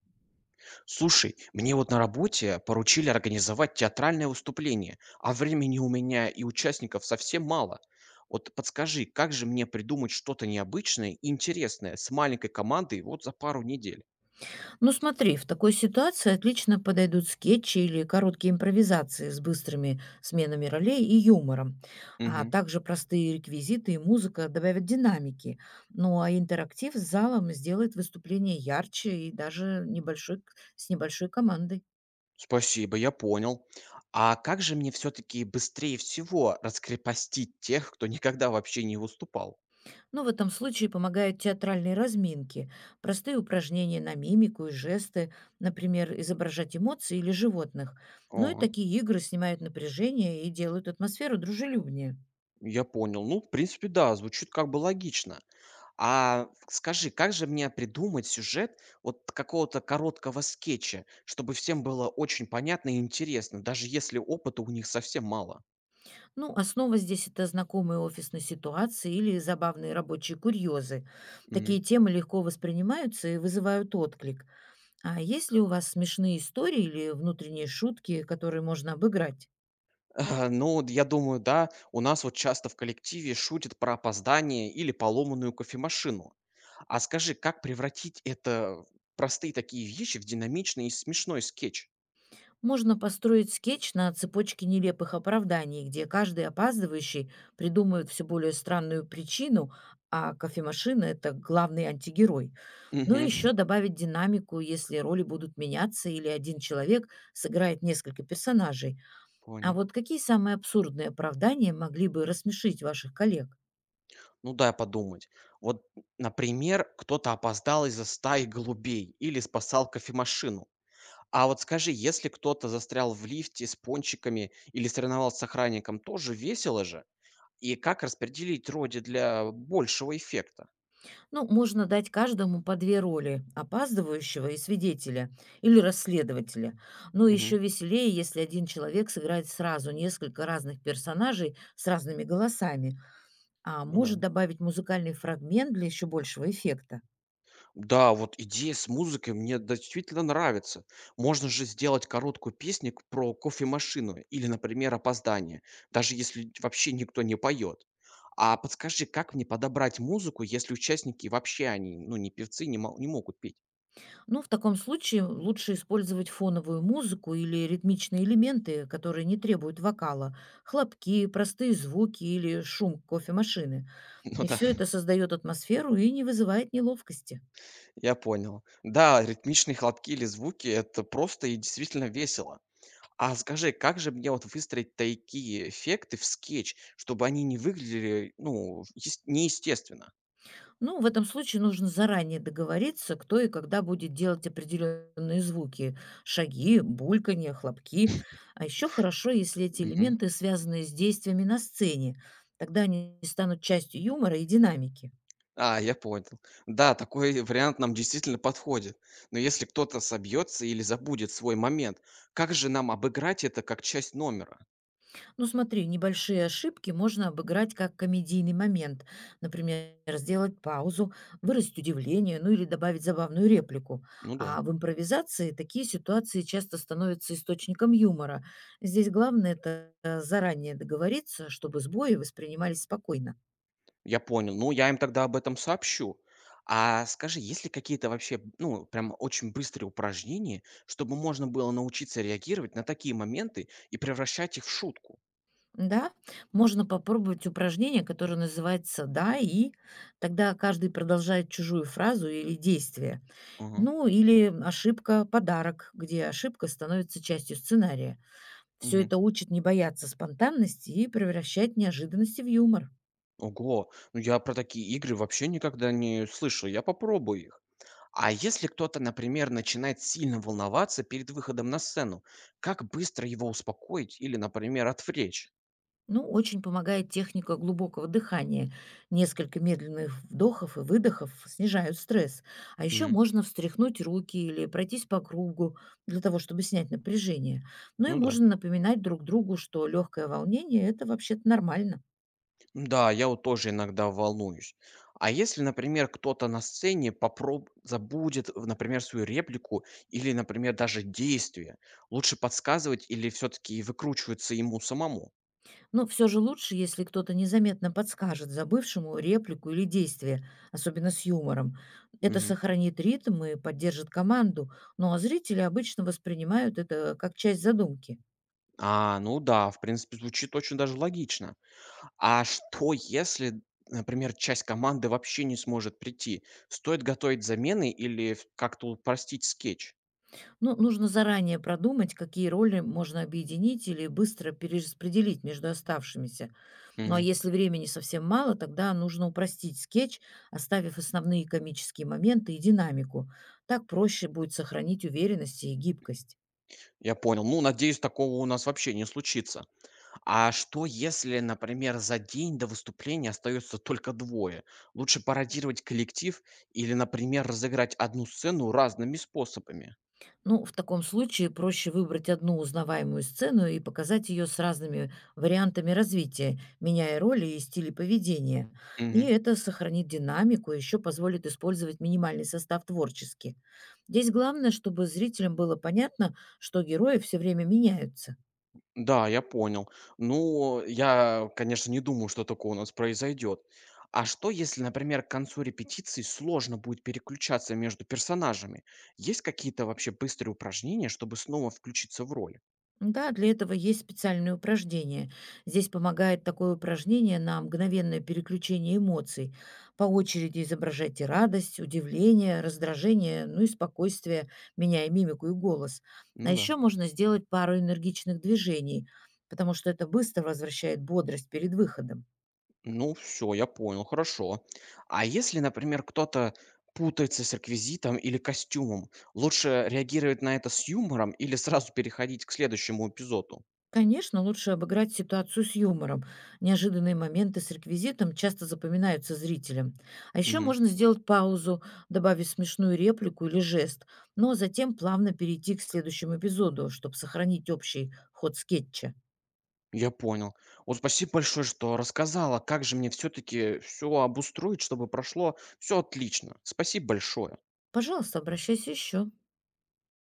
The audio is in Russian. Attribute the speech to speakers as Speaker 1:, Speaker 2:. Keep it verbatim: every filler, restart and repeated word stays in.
Speaker 1: Слушай, мне вот на работе поручили организовать театральное выступление, а времени у меня и участников совсем мало. Вот подскажи, как же мне придумать что-то необычное и интересное с маленькой командой вот за пару недель?
Speaker 2: Ну смотри, в такой ситуации отлично подойдут скетчи или короткие импровизации с быстрыми сменами ролей и юмором. А
Speaker 1: Мгм.
Speaker 2: также простые реквизиты и музыка добавят динамики. Ну а интерактив с залом сделает выступление ярче и даже небольшой, к- с небольшой командой.
Speaker 1: Спасибо, я понял. А как же мне все-таки быстрее всего раскрепостить тех, кто никогда вообще не выступал?
Speaker 2: Но в этом случае помогают театральные разминки, простые упражнения на мимику и жесты, например, изображать эмоции или животных. Ну и
Speaker 1: О.
Speaker 2: такие игры снимают напряжение и делают атмосферу дружелюбнее.
Speaker 1: Я понял. Ну, в принципе, да, звучит как бы логично. А скажи, как же мне придумать сюжет вот какого-то короткого скетча, чтобы всем было очень понятно и интересно, даже если опыта у них совсем мало?
Speaker 2: Ну, основа здесь– это знакомые офисные ситуации или забавные рабочие курьезы.
Speaker 1: Мгм.
Speaker 2: Такие темы легко воспринимаются и вызывают отклик. А есть ли у вас смешные истории или внутренние шутки, которые можно обыграть?
Speaker 1: Э, Ну, вот я думаю, да, у нас вот часто в коллективе шутят про опоздание или поломанную кофемашину. А скажи, как превратить это в простые такие вещи в динамичный и смешной скетч?
Speaker 2: Можно построить скетч на цепочке нелепых оправданий, где каждый опаздывающий придумывает все более странную причину, а кофемашина– это главный антигерой. Ну и
Speaker 1: Мгм.
Speaker 2: еще добавить динамику, если роли будут меняться или один человек сыграет несколько персонажей. А
Speaker 1: Понял.
Speaker 2: вот какие самые абсурдные оправдания могли бы рассмешить ваших коллег?
Speaker 1: Ну, дай подумать. Вот, например, кто-то опоздал из-за стаи голубей или спасал кофемашину. А вот скажи, если кто-то застрял в лифте с пончиками или соревновался с охранником, тоже весело же? И как распределить роди для большего эффекта?
Speaker 2: Ну, можно дать каждому по две роли– опаздывающего и свидетеля, или расследователя. Но
Speaker 1: Мгм.
Speaker 2: еще веселее, если один человек сыграет сразу несколько разных персонажей с разными голосами, а
Speaker 1: Ну
Speaker 2: может
Speaker 1: да.
Speaker 2: добавить музыкальный фрагмент для еще большего эффекта.
Speaker 1: Да, вот идея с музыкой мне действительно нравится. Можно же сделать короткую песню к- про кофемашину или, например, опоздание, даже если вообще никто не поет. А подскажи, как мне подобрать музыку, если участники вообще они, ну, не певцы, не, мо- не могут петь?
Speaker 2: Ну, в таком случае лучше использовать фоновую музыку или ритмичные элементы, которые не требуют вокала, хлопки, простые звуки или шум кофемашины.
Speaker 1: Ну
Speaker 2: И
Speaker 1: да,
Speaker 2: все это создает атмосферу и не вызывает неловкости.
Speaker 1: я понял. Да, ритмичные хлопки или звуки это просто и действительно весело. А скажи, как же мне вот выстроить такие эффекты в скетч, чтобы они не выглядели, ну, ес- неестественно?
Speaker 2: Ну, в этом случае нужно заранее договориться, кто и когда будет делать определенные звуки: шаги, бульканье, хлопки. А еще хорошо, если эти элементы связаны с действиями на сцене. Тогда они станут частью юмора и динамики.
Speaker 1: А, я понял. Да, такой вариант нам действительно подходит. Но если кто-то собьется или забудет свой момент, как же нам обыграть это как часть номера?
Speaker 2: Ну смотри, небольшие ошибки можно обыграть как комедийный момент. Например, сделать паузу, выразить удивление, ну или добавить забавную реплику.
Speaker 1: Ну да,
Speaker 2: А в импровизации такие ситуации часто становятся источником юмора. Здесь главное это э, заранее договориться, чтобы сбои воспринимались спокойно.
Speaker 1: я понял. Ну, я им тогда об этом сообщу. А скажи, есть ли какие-то вообще, ну, прям очень быстрые упражнения, чтобы можно было научиться реагировать на такие моменты и превращать их в шутку?
Speaker 2: Да, можно попробовать упражнение, которое называется «да» и тогда каждый продолжает чужую фразу или действие.
Speaker 1: Ага,
Speaker 2: Ну, или ошибка подарок, где ошибка становится частью сценария. Все
Speaker 1: мгм.
Speaker 2: это учит не бояться спонтанности и превращать неожиданности в юмор.
Speaker 1: Ого, ну я про такие игры вообще никогда не слышал. Я попробую их. А если кто-то, например, начинает сильно волноваться перед выходом на сцену, как быстро его успокоить или, например, отвлечь?
Speaker 2: Ну, очень помогает техника глубокого дыхания. Несколько медленных вдохов и выдохов снижают стресс. А еще
Speaker 1: Мгм.
Speaker 2: можно встряхнуть руки или пройтись по кругу для того, чтобы снять напряжение. Ну
Speaker 1: Ну
Speaker 2: и
Speaker 1: да.
Speaker 2: можно напоминать друг другу, что легкое волнение– это вообще-то нормально.
Speaker 1: Да, я вот тоже иногда волнуюсь. А если, например, кто-то на сцене попроб... забудет, в- например, свою реплику или, например, даже действие, лучше подсказывать или все-таки выкручиваться ему самому?
Speaker 2: Но все же лучше, если кто-то незаметно подскажет забывшему реплику или действие, особенно с юмором. Это
Speaker 1: Мгм.
Speaker 2: сохранит ритм и поддержит команду, ну а зрители обычно воспринимают это как часть задумки.
Speaker 1: А, ну да, в принципе, звучит очень даже логично. А что, если, например, часть команды вообще не сможет прийти? Стоит готовить замены или в- как-то упростить скетч?
Speaker 2: Но нужно заранее продумать, какие роли можно объединить или быстро перераспределить между оставшимися. Ну а
Speaker 1: Мгм.
Speaker 2: если времени совсем мало, тогда нужно упростить скетч, оставив основные комические моменты и динамику. Так проще будет сохранить уверенность и гибкость.
Speaker 1: Я понял. Ну, надеюсь, такого у нас вообще не случится. А что, если, например, за день до выступления остается только двое? Лучше пародировать коллектив или, например, разыграть одну сцену разными способами?
Speaker 2: Ну, в таком случае проще выбрать одну узнаваемую сцену и показать ее с разными вариантами развития, меняя роли и стили поведения. И
Speaker 1: Мгм.
Speaker 2: это сохранит динамику, еще позволит использовать минимальный состав творчески. Здесь главное, чтобы зрителям было понятно, что герои все время меняются.
Speaker 1: Да, я понял. Ну, я, конечно, не думаю, что такое у нас произойдет. А что, если, например, к концу репетиции сложно будет переключаться между персонажами? Есть какие-то вообще быстрые упражнения, чтобы снова включиться в роль?
Speaker 2: Да, для этого есть специальные упражнения. Здесь помогает такое упражнение на мгновенное переключение эмоций. По очереди изображайте радость, удивление, раздражение, ну и спокойствие, меняя мимику и голос. А
Speaker 1: Ну да.
Speaker 2: еще можно сделать пару энергичных движений, потому что это быстро возвращает бодрость перед выходом.
Speaker 1: Ну все, я понял, хорошо. А если, например, кто-то путается с реквизитом или костюмом, лучше реагировать на это с юмором или сразу переходить к следующему эпизоду?
Speaker 2: Конечно, лучше обыграть ситуацию с юмором. Неожиданные моменты с реквизитом часто запоминаются зрителям. А еще
Speaker 1: Мгм.
Speaker 2: можно сделать паузу, добавив смешную реплику или жест, но затем плавно перейти к следующему эпизоду, чтобы сохранить общий ход скетча.
Speaker 1: Я понял. Вот спасибо большое, что рассказала, как же мне все-таки все обустроить, чтобы прошло все отлично. Спасибо большое.
Speaker 2: Пожалуйста, обращайся еще.